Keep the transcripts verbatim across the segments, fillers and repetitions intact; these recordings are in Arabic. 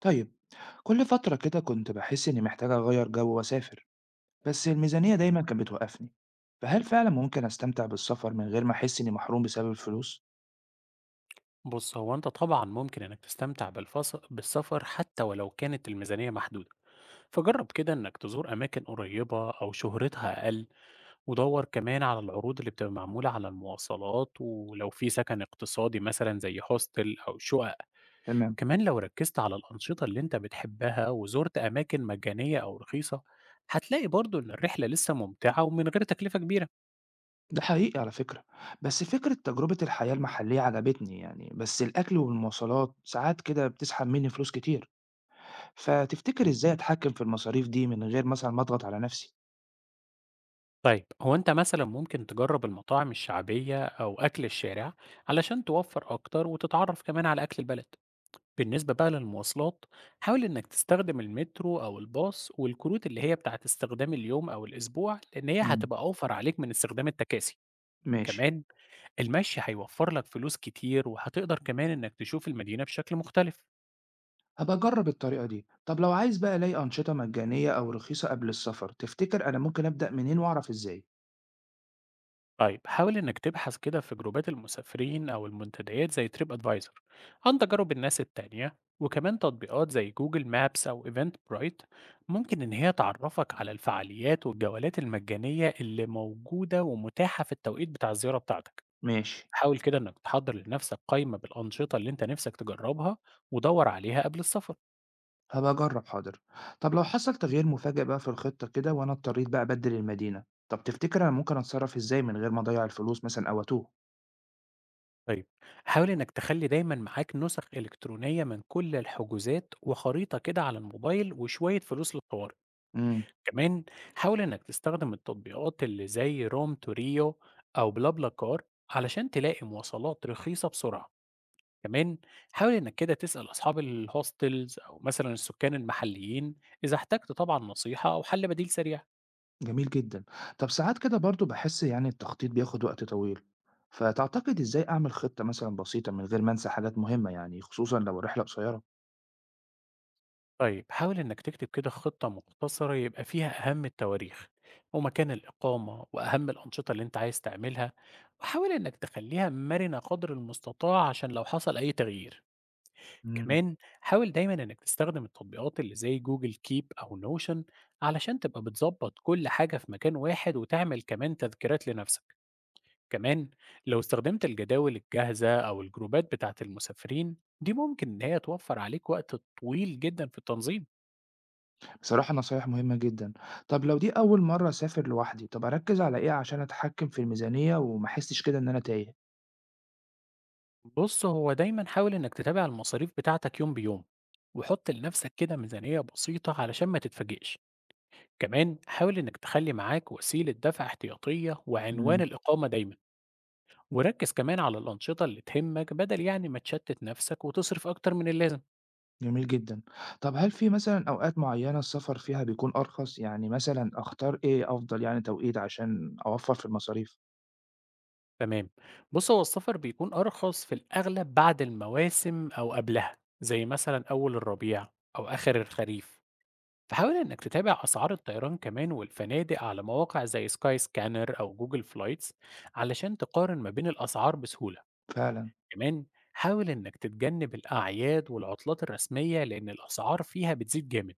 طيب، كل فترة كده كنت بحس إني محتاج أغير جو وأسافر، بس الميزانية تمام. دايما كانت بتوقفني. فهل فعلا ممكن أستمتع بالسفر من غير ما أحس إني محروم بسبب الفلوس؟ بص، هو انت طبعا ممكن انك تستمتع بالفص... بالسفر حتى ولو كانت الميزانية محدودة. فجرب كده انك تزور اماكن قريبة او شهرتها اقل، ودور كمان على العروض اللي بتبقى معمولة على المواصلات، ولو في سكن اقتصادي مثلا زي هوستل او شقق. تمام. كمان لو ركزت على الانشطة اللي انت بتحبها وزرت اماكن مجانية او رخيصة، هتلاقي برضو ان الرحلة لسه ممتعة ومن غير تكلفة كبيرة. ده حقيقي على فكرة. بس فكرة تجربة الحياة المحلية عجبتني، يعني بس الأكل والمواصلات ساعات كده بتسحب مني فلوس كتير. فتفتكر إزاي أتحكم في المصاريف دي من غير مثلا ما أضغط على نفسي؟ طيب، هو أنت مثلا ممكن تجرب المطاعم الشعبية أو أكل الشارع علشان توفر أكتر وتتعرف كمان على أكل البلد. بالنسبة بقى للمواصلات، حاول إنك تستخدم المترو أو الباص والكروت اللي هي بتاعت استخدام اليوم أو الأسبوع، لأن هي مم. هتبقى أوفر عليك من استخدام التكاسي. ماشي. كمان المشي هيوفر لك فلوس كتير وهتقدر كمان إنك تشوف المدينة بشكل مختلف. هبقى أجرب الطريقة دي. طب لو عايز بقى ألاقي أنشطة مجانية أو رخيصة قبل السفر، تفتكر أنا ممكن أبدأ منين وأعرف إزاي؟ طيب، حاول إنك تبحث كده في جروبات المسافرين أو المنتديات زي تريب أدفايزر عن تجارب الناس التانية، وكمان تطبيقات زي جوجل مابس أو إيفنت برايت ممكن إن هي تعرفك على الفعاليات والجولات المجانية اللي موجودة ومتاحة في التوقيت بتاع الزيارة بتاعتك. ماشي. حاول كده إنك تحضر لنفسك قائمة بالأنشطة اللي أنت نفسك تجربها، ودور عليها قبل السفر. هبقى أجرب، حاضر. طب لو حصل تغيير مفاجئ بقى في الخطة كده وأنا اضطريت بقى أبدل المدينة، طب تفتكر أنا ممكن أتصرف إزاي من غير ما أضيع الفلوس مثلا أو أتوه؟ طيب، حاول إنك تخلي دايما معاك نسخ إلكترونية من كل الحجوزات، وخريطة كده على الموبايل، وشوية فلوس للطوارئ. امم كمان حاول إنك تستخدم التطبيقات اللي زي روم توريو أو بلابلا كار علشان تلاقي مواصلات رخيصة بسرعة. كمان حاول إنك كده تسأل أصحاب الهوستلز أو مثلا السكان المحليين إذا احتجت طبعا نصيحة أو حل بديل سريع. جميل جدا. طب ساعات كده برضو بحس يعني التخطيط بياخد وقت طويل، فتعتقد إزاي أعمل خطة مثلا بسيطة من غير ما أنسى حاجات مهمة، يعني خصوصا لو الرحلة قصيرة؟ طيب، حاول إنك تكتب كده خطة مختصرة يبقى فيها أهم التواريخ ومكان الإقامة وأهم الأنشطة اللي أنت عايز تعملها، وحاول إنك تخليها مرنة قدر المستطاع عشان لو حصل أي تغيير. امم كمان حاول دايما انك تستخدم التطبيقات اللي زي جوجل كيب او نوشن علشان تبقى بتظبط كل حاجة في مكان واحد، وتعمل كمان تذكيرات لنفسك. كمان لو استخدمت الجداول الجاهزة او الجروبات بتاعة المسافرين دي، ممكن ان هي توفر عليك وقت طويل جدا في التنظيم. بصراحة نصايح مهمة جدا. طب لو دي أول مرة أسافر لوحدي، طب أركز على إيه عشان أتحكم في الميزانية وما أحسش كده إن أنا تايه؟ بص، هو دايما حاول انك تتابع المصاريف بتاعتك يوم بيوم، وحط لنفسك كده ميزانية بسيطة علشان ما تتفاجئش. كمان حاول انك تخلي معاك وسيلة دفع احتياطية وعنوان امم الإقامة دايما، وركز كمان على الأنشطة اللي تهمك بدل يعني ما تشتت نفسك وتصرف أكتر من اللازم. جميل جدًا. طب هل في مثلًا أوقات معيّنة السفر فيها بيكون أرخص؟ يعني مثلًا أختار إيه أفضل، يعني توقيت عشان أوفّر في المصاريف؟ تمام. بص، هو السفر بيكون أرخص في الأغلب بعد المواسم أو قبلها، زي مثلا أول الربيع أو آخر الخريف. فحاول إنك تتابع أسعار الطيران كمان والفنادق على مواقع زي سكاي سكانر أو جوجل فلايتس علشان تقارن ما بين الأسعار بسهولة. فعلًا، كمان حاول إنك تتجنب الأعياد والعطلات الرسمية، لأن الأسعار فيها بتزيد جامد.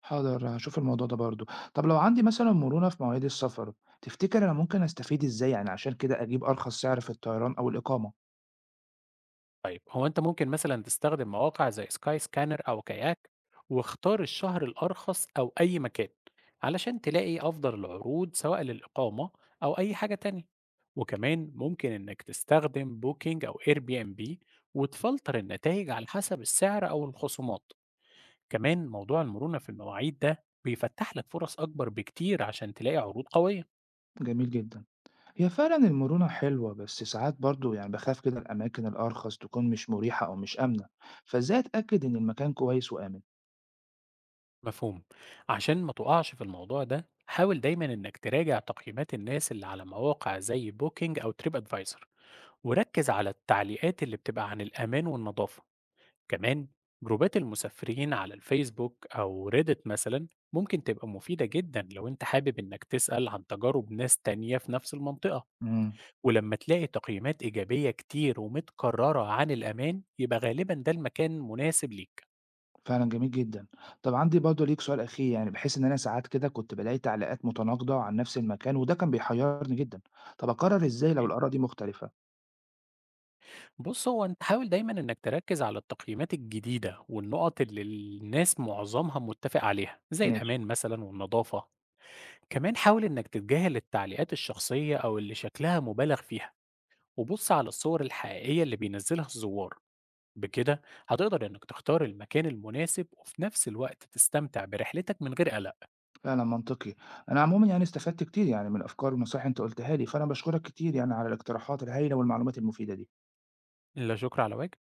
حاضر هاشوف الموضوع ده برضه. طب لو عندي مثلًا مرونة في مواعيد السفر، تفتكر أنا ممكن أستفيد إزاي، يعني عشان كده أجيب أرخص سعر في الطيران أو الإقامة؟ طيب، هو أنت ممكن مثلًا تستخدم مواقع زي سكاي سكانر أو كاياك، واختار الشهر الأرخص أو أي مكان، علشان تلاقي أفضل العروض سواء للإقامة أو أي حاجة تانية، وكمان ممكن إنك تستخدم بوكينج أو Airbnb وتفلتر النتايج على حسب السعر أو الخصومات. كمان موضوع المرونة في المواعيد ده بيفتح لك فرص أكبر بكتير عشان تلاقي عروض قوية. جميل جدًا. هي فعلًا المرونة حلوة، بس ساعات برضه يعني باخاف كده الأماكن الأرخص تكون مش مُريحة أو مش آمنة، فإزاي أتأكد إن المكان كويس وآمن؟ مفهوم. عشان ما تقعش في الموضوع ده، حاول دايما انك تراجع تقييمات الناس اللي على مواقع زي بوكينج او تريب ادفايزر، وركز على التعليقات اللي بتبقى عن الامان والنظافه. كمان جروبات المسافرين على الفيسبوك او ريدت مثلا ممكن تبقى مفيده جدا لو انت حابب انك تسال عن تجارب ناس تانية في نفس المنطقه. إمم. ولما تلاقي تقييمات ايجابيه كتير ومتكرره عن الامان، يبقى غالبا ده المكان مناسب ليك. فعلًا جميل جدًا. طب عندي برضه ليك سؤال أخير، يعني بحيث إن أنا ساعات كده كنت بالاقي تعليقات متناقضة عن نفس المكان وده كان بيحيرني جدًا، طب أقرر إزاي لو الآراء دي مختلفة؟ بُص، هو أنت حاول دايمًا إنك تركّز على التقييمات الجديدة والنقط اللي الناس معظمها متّفق عليها، زي ماشي، الأمان مثلًا والنضافة. كمان حاول إنك تتجاهل التعليقات الشخصية أو اللي شكلها مبالغ فيها، وبُص على الصور الحقيقية اللي بينزّلها الزوّار. بكده هتقدر إنك تختار المكان المناسب، وفي نفس الوقت تستمتع برحلتك من غير قلق. فعلًا منطقي. أنا عمومًا يعني استفدت كتير، يعني من الأفكار والنصايح اللي أنت قُلتها لي، فأنا باشكرك كتير يعني على الاقتراحات الهايلة والمعلومات المفيدة دي. لا شكر على واجب.